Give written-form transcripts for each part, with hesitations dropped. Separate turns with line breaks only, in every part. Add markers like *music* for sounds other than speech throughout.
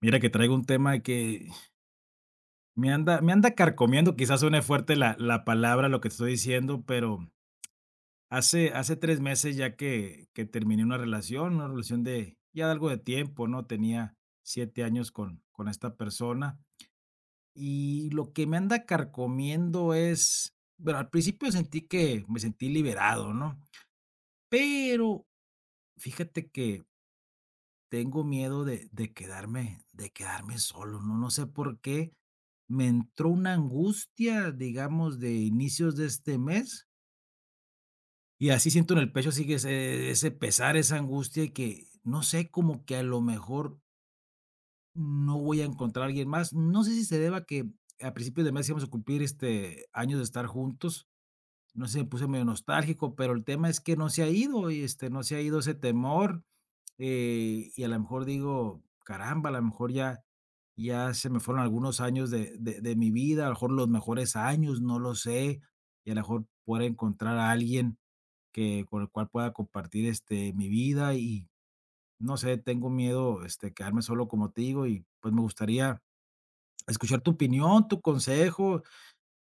Mira que traigo un tema que me anda carcomiendo, quizás suene fuerte la palabra, lo que te estoy diciendo, pero hace 3 meses ya que terminé una relación de ya de algo de tiempo, ¿no? Tenía 7 años con esta persona y lo que me anda carcomiendo es, bueno, al principio sentí que me sentí liberado, ¿no? Pero fíjate que tengo miedo de quedarme solo, no sé por qué me entró una angustia, digamos, de inicios de este mes, y así siento en el pecho sigue ese pesar, esa angustia, y que no sé, como que a lo mejor no voy a encontrar a alguien más. No sé si se deba a que a principios de mes íbamos a cumplir, este, años de estar juntos, no sé, me puse medio nostálgico, pero el tema es que no se ha ido, y, este, no se ha ido ese temor. Y a lo mejor digo, caramba, a lo mejor ya se me fueron algunos años de mi vida, a lo mejor los mejores años, no lo sé, y a lo mejor pueda encontrar a alguien que con el cual pueda compartir, este, mi vida y no sé, tengo miedo, este, quedarme solo, como te digo, y pues me gustaría escuchar tu opinión, tu consejo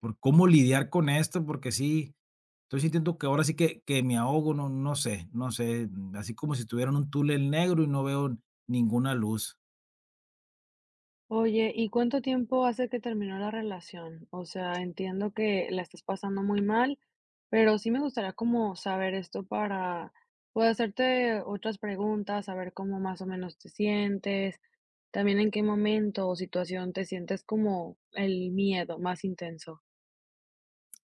por cómo lidiar con esto, porque sí, estoy sintiendo que ahora sí que me ahogo, no sé así como si estuviera en un túnel negro y no veo ninguna luz.
Oye, ¿y cuánto tiempo hace que terminó la relación? O sea, entiendo que la estás pasando muy mal, pero sí me gustaría como saber esto para poder hacerte otras preguntas, saber cómo más o menos te sientes, también en qué momento o situación te sientes como el miedo más intenso.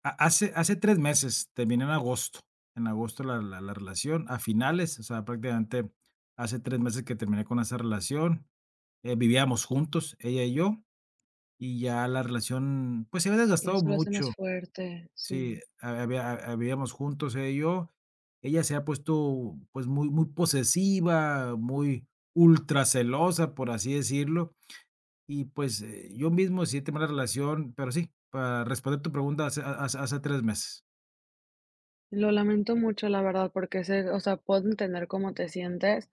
Ha hace hace 3 meses, terminé en agosto la relación, a finales, o sea, prácticamente hace 3 meses que terminé con esa relación, vivíamos juntos, ella y yo, y ya la relación, pues, se había
Y
desgastado
eso lo hace más
mucho.
fuerte,
Sí,
sí.
ha había habíamos juntos ella y yo. Ella se ha puesto, pues, muy muy posesiva, muy ultracelosa, por así decirlo, y, pues, yo mismo sí terminé la relación, pero sí, para responder tu pregunta, hace ha hace hace 3 meses.
Lo lamento mucho, la verdad, porque sé, o sea, puedo entender cómo te sientes.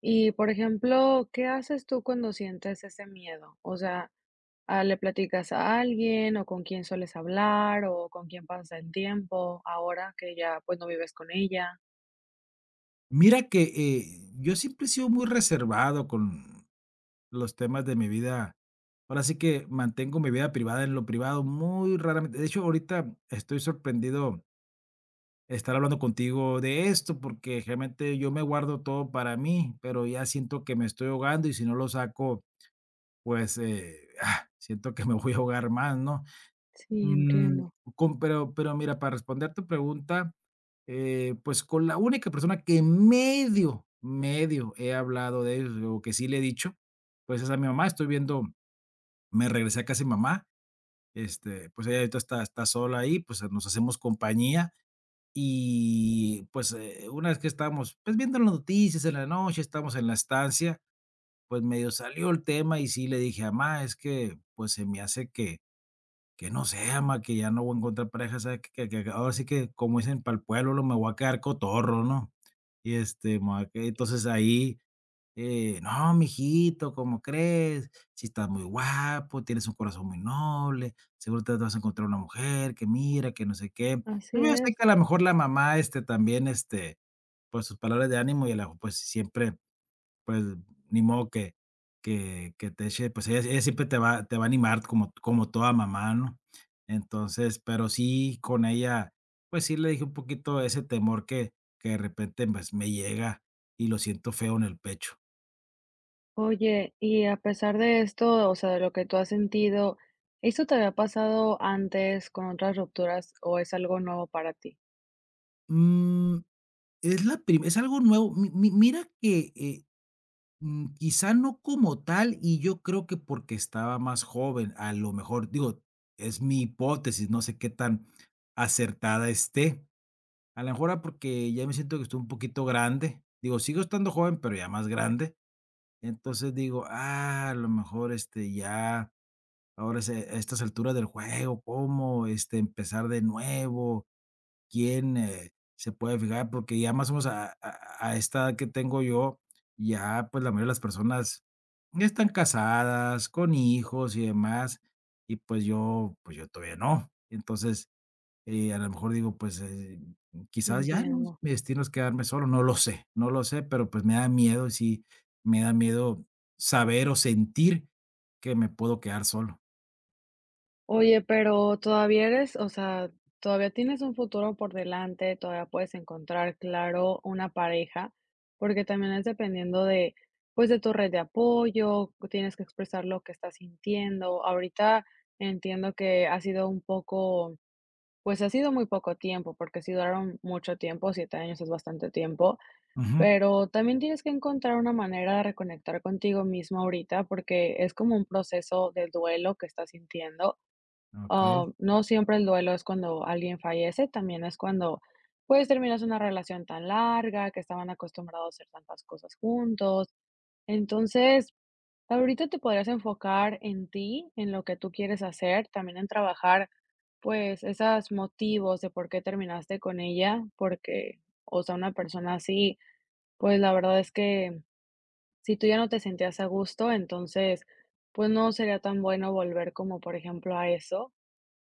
Y, por ejemplo, ¿qué haces tú cuando sientes ese miedo? O sea, ¿le platicas a alguien o con quién sueles hablar o con quién pasas el tiempo ahora que ya pues no vives con ella?
Mira que, yo siempre he sido muy reservado con los temas de mi vida. Ahora sí que mantengo mi vida privada en lo privado, muy raramente. De hecho, ahorita estoy sorprendido estar hablando contigo de esto, porque realmente yo me guardo todo para mí, pero ya siento que me estoy ahogando y si no lo saco, pues, *laughs* ah, siento que me voy a ahogar más, ¿no?
Sí,
Mm,
entiendo.
con pero mira, para responder tu pregunta, pues, con la única persona que medio, medio he hablado de ello, o que sí le he dicho, pues, es a mi mamá. Estoy viendo me regresé a casa de mamá, este, pues, ella ahorita está sola ahí, pues, nos hacemos compañía. Y, pues, una vez que estábamos, pues, viendo las noticias en la noche, estábamos en la estancia, pues, medio salió el tema y sí le dije: "Amá, es que, pues, se me hace que no sé, amá, que ya no voy a encontrar pareja, ¿sabes? Que ahora sí que, como dicen para el pueblo, lo me voy a quedar cotorro, ¿no?". Y, este, me voy a que entonces ahí no, mijito, ¿cómo crees? Si estás muy guapo, tienes un corazón muy noble, seguro te vas a encontrar una mujer que mira, que no sé qué.
Así
Pero yo sé
es.
que a lo mejor la mamá, este, también, este, pues sus palabras de ánimo y el ajo, pues siempre, pues ni modo que te eche, pues ella siempre te va a animar como, como toda mamá, ¿no? Entonces, pero sí, con ella, pues sí le dije un poquito ese temor que de repente pues, me llega y lo siento feo en el pecho.
Oye, y a pesar de esto, o sea, de lo que tú has sentido, ¿esto te había pasado antes con otras rupturas o es algo nuevo para ti?
Mm, es la prim es algo nuevo. Mi mi mira que, quizá no como tal, y yo creo que porque estaba más joven, a lo mejor, digo, es mi hipótesis, no sé qué tan acertada esté. A lo mejor ahora porque ya me siento que estoy un poquito grande, digo, sigo estando joven, pero ya más grande. Entonces digo: "Ah, a lo mejor, este, ya ahora es a estas alturas del juego, ¿cómo, este, empezar de nuevo?" quién, se puede fijar, porque ya más o menos a esta edad que tengo yo, ya, pues, la mayoría de las personas ya están casadas, con hijos y demás, y pues yo todavía no. Entonces, a lo mejor digo, pues, quizás ya, ¿no?
Entiendo.
Mi destino es quedarme solo, no lo sé, no lo sé, pero, pues, me da miedo, sí, me da miedo saber o sentir que me puedo quedar solo.
Oye, pero todavía eres, o sea, todavía tienes un futuro por delante, todavía puedes encontrar, claro, una pareja, porque también es dependiendo de, pues, de tu red de apoyo, tienes que expresar lo que estás sintiendo. Ahorita entiendo que ha sido un poco, pues ha sido muy poco tiempo, porque si duraron mucho tiempo, 7 años es bastante tiempo,
Ujú,
pero también tienes que encontrar una manera de reconectar contigo mismo ahorita, porque es como un proceso de duelo que estás sintiendo.
okey,
Ah, no siempre el duelo es cuando alguien fallece, también es cuando, pues, terminas una relación tan larga, que estaban acostumbrados a hacer tantas cosas juntos. Entonces, ahorita te podrías enfocar en ti, en lo que tú quieres hacer, también en trabajar, pues, esos motivos de por qué terminaste con ella, porque, o sea, una persona así, pues, la verdad es que si tú ya no te sentías a gusto, entonces, pues, no sería tan bueno volver como, por ejemplo, a eso.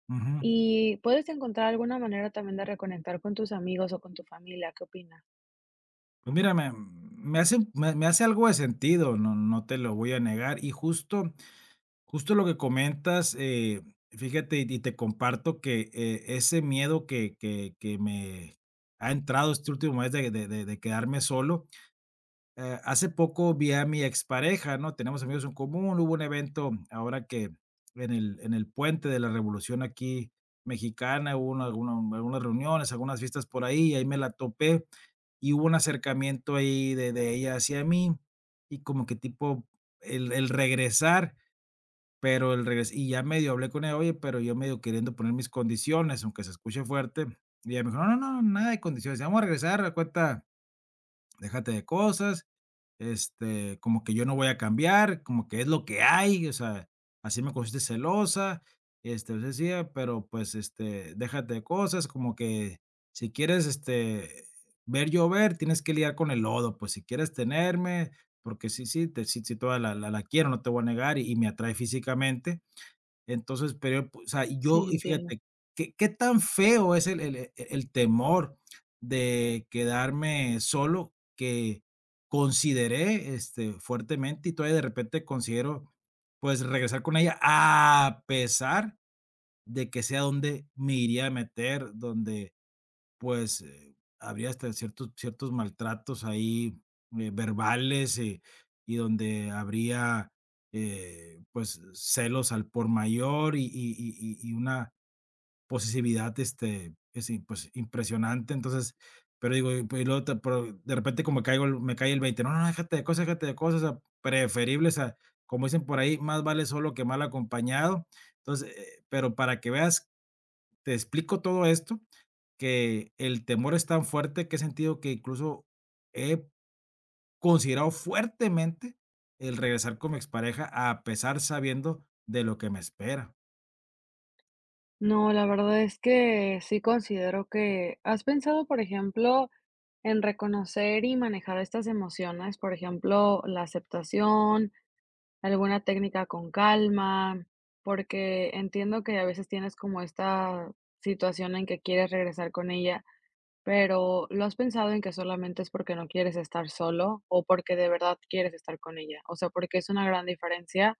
ujú.
Y puedes encontrar alguna manera también de reconectar con tus amigos o con tu familia, ¿qué opinas?
Pues mira, me hace me hace algo de sentido, no te lo voy a negar. Y justo justo lo que comentas, fíjate, y te comparto que, ese miedo que me ha entrado este último mes de quedarme solo, hace poco vi a mi expareja, ¿no? Tenemos amigos en común, hubo un evento ahora que en el puente de la Revolución aquí mexicana, hubo una alguna algunas reuniones, algunas fiestas por ahí, y ahí me la topé y hubo un acercamiento ahí de ella hacia mí, y como que tipo el regresar, pero el regres y ya medio hablé con ella: "Oye, pero yo medio queriendo poner mis condiciones, aunque se escuche fuerte", y ella me dijo: "No, no, no, nada de condiciones, vamos a regresar, haz cuenta déjate de cosas, este, como que yo no voy a cambiar, como que es lo que hay, o sea, así me cogiste celosa, este, yo decía, pero pues, este, déjate de cosas, como que si quieres, este, ver llover, tienes que lidiar con el lodo, pues si quieres tenerme, porque sí, sí, te, sí, sí, toda la, la, la quiero, no te voy a negar y me atrae físicamente, entonces, pero, o sea, y
Sí,
yo y
entiendo.
fíjate, ¿qué qué tan feo es el temor de quedarme solo que consideré, este, fuertemente y todavía de repente considero, pues, regresar con ella, a pesar de que sea donde me iría a meter, donde pues, habría hasta ciertos maltratos ahí, verbales, y donde habría, pues, celos al por mayor y una posesividad, este, es im pues, impresionante. Entonces, pero digo, y pues, y luego te pero de repente como caigo el me cae el 20 no, no, no, déjate de cosas, o sea, preferibles a como dicen por ahí, más vale solo que mal acompañado. Entonces, pero para que veas te explico todo esto, que el temor es tan fuerte que he sentido que incluso he considerado fuertemente el regresar con mi expareja, a pesar sabiendo de lo que me espera.
No, la verdad es que sí considero que, ¿has pensado, por ejemplo, en reconocer y manejar estas emociones? Por ejemplo, la aceptación, alguna técnica con calma, porque entiendo que a veces tienes como esta situación en que quieres regresar con ella. Pero, ¿lo has pensado en que solamente es porque no quieres estar solo o porque de verdad quieres estar con ella? O sea, porque es una gran diferencia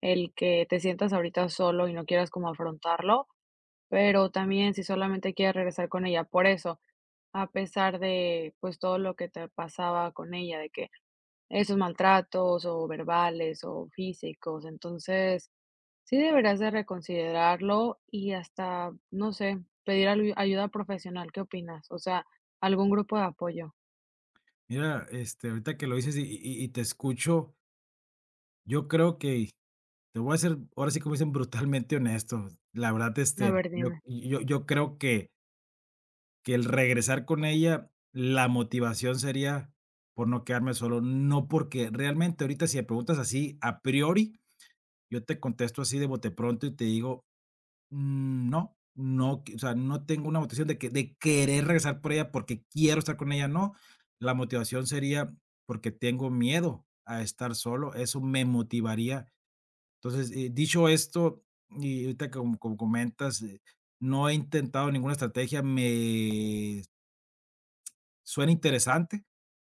el que te sientas ahorita solo y no quieras como afrontarlo, pero también si solamente quieres regresar con ella por eso, a pesar de, pues, todo lo que te pasaba con ella, de que esos maltratos o verbales o físicos. Entonces, sí deberás de reconsiderarlo y hasta, no sé, pedir alu ayuda profesional, ¿qué opinas? O sea, algún grupo de apoyo.
Mira, este, ahorita que lo dices y te escucho, yo creo que te voy a ser, ahora sí, como dicen, *laughs* brutalmente honesto. La verdad,
A
este,
ver,
yo
dime.
yo yo creo que el regresar con ella, la motivación sería por no quedarme solo, no porque realmente ahorita si me preguntas así a priori, yo te contesto así de bote pronto y te digo: "Mm, no, no qui o sea, no tengo una motivación de que de querer regresar por ella porque quiero estar con ella, no. La motivación sería porque tengo miedo a estar solo, eso me motivaría". Entonces, dicho esto, y ahorita como como comentas, no he intentado ninguna estrategia, me suena interesante.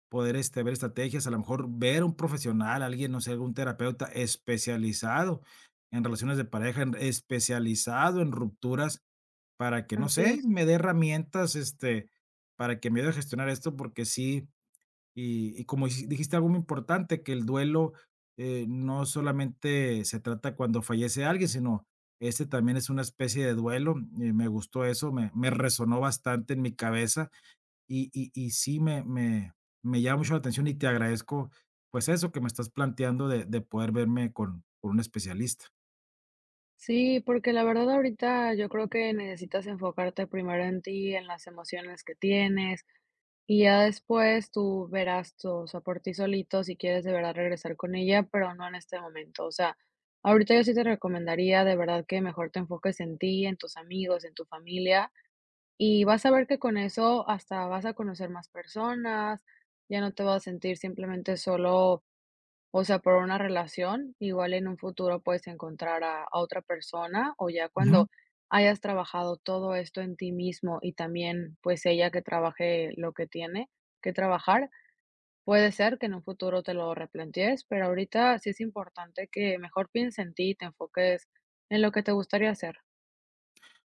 Poder, este, ver estrategias, a lo mejor ver a un profesional, alguien, no sé, algún terapeuta especializado en relaciones de pareja, en especializado en rupturas, para que, no
Así
sé,
es.
me dé herramientas, este, para que me ayude a gestionar esto, porque sí, y como dijiste algo muy importante, que el duelo, no solamente se trata cuando fallece alguien, sino este también es una especie de duelo, y me gustó eso, me resonó bastante en mi cabeza, y sí me llama mucho la atención y te agradezco, pues, eso que me estás planteando de poder verme con un especialista.
Sí, porque la verdad ahorita yo creo que necesitas enfocarte primero en ti, en las emociones que tienes, y ya después tú verás tú, o sea, por ti solito si quieres de verdad regresar con ella, pero no en este momento. O sea, ahorita yo sí te recomendaría de verdad que mejor te enfoques en ti, en tus amigos, en tu familia. Y vas a ver que con eso hasta vas a conocer más personas, ya no te vas a sentir simplemente solo, o sea, por una relación, igual en un futuro puedes encontrar a otra persona o ya
Ujú.
cuando hayas trabajado todo esto en ti mismo y también pues ella que trabaje lo que tiene que trabajar, puede ser que en un futuro te lo replantees, pero ahorita sí es importante que mejor pienses en ti y te enfoques en lo que te gustaría hacer.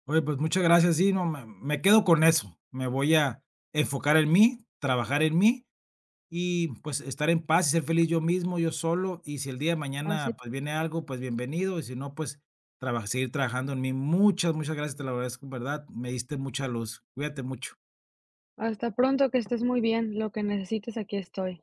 Oye, pues, muchas gracias. Sí, no, me quedo con eso. Me voy a enfocar en mí, trabajar en mí y, pues, estar en paz y ser feliz yo mismo, yo solo. Y si el día de
Así,
mañana, pues, viene algo, pues, bienvenido, y si no, pues, traba seguir trabajando en mí. Muchas, muchas gracias, te lo agradezco, en verdad. Me diste mucha luz. Cuídate mucho.
hasta pronto, que estés muy bien, lo que necesites, aquí estoy.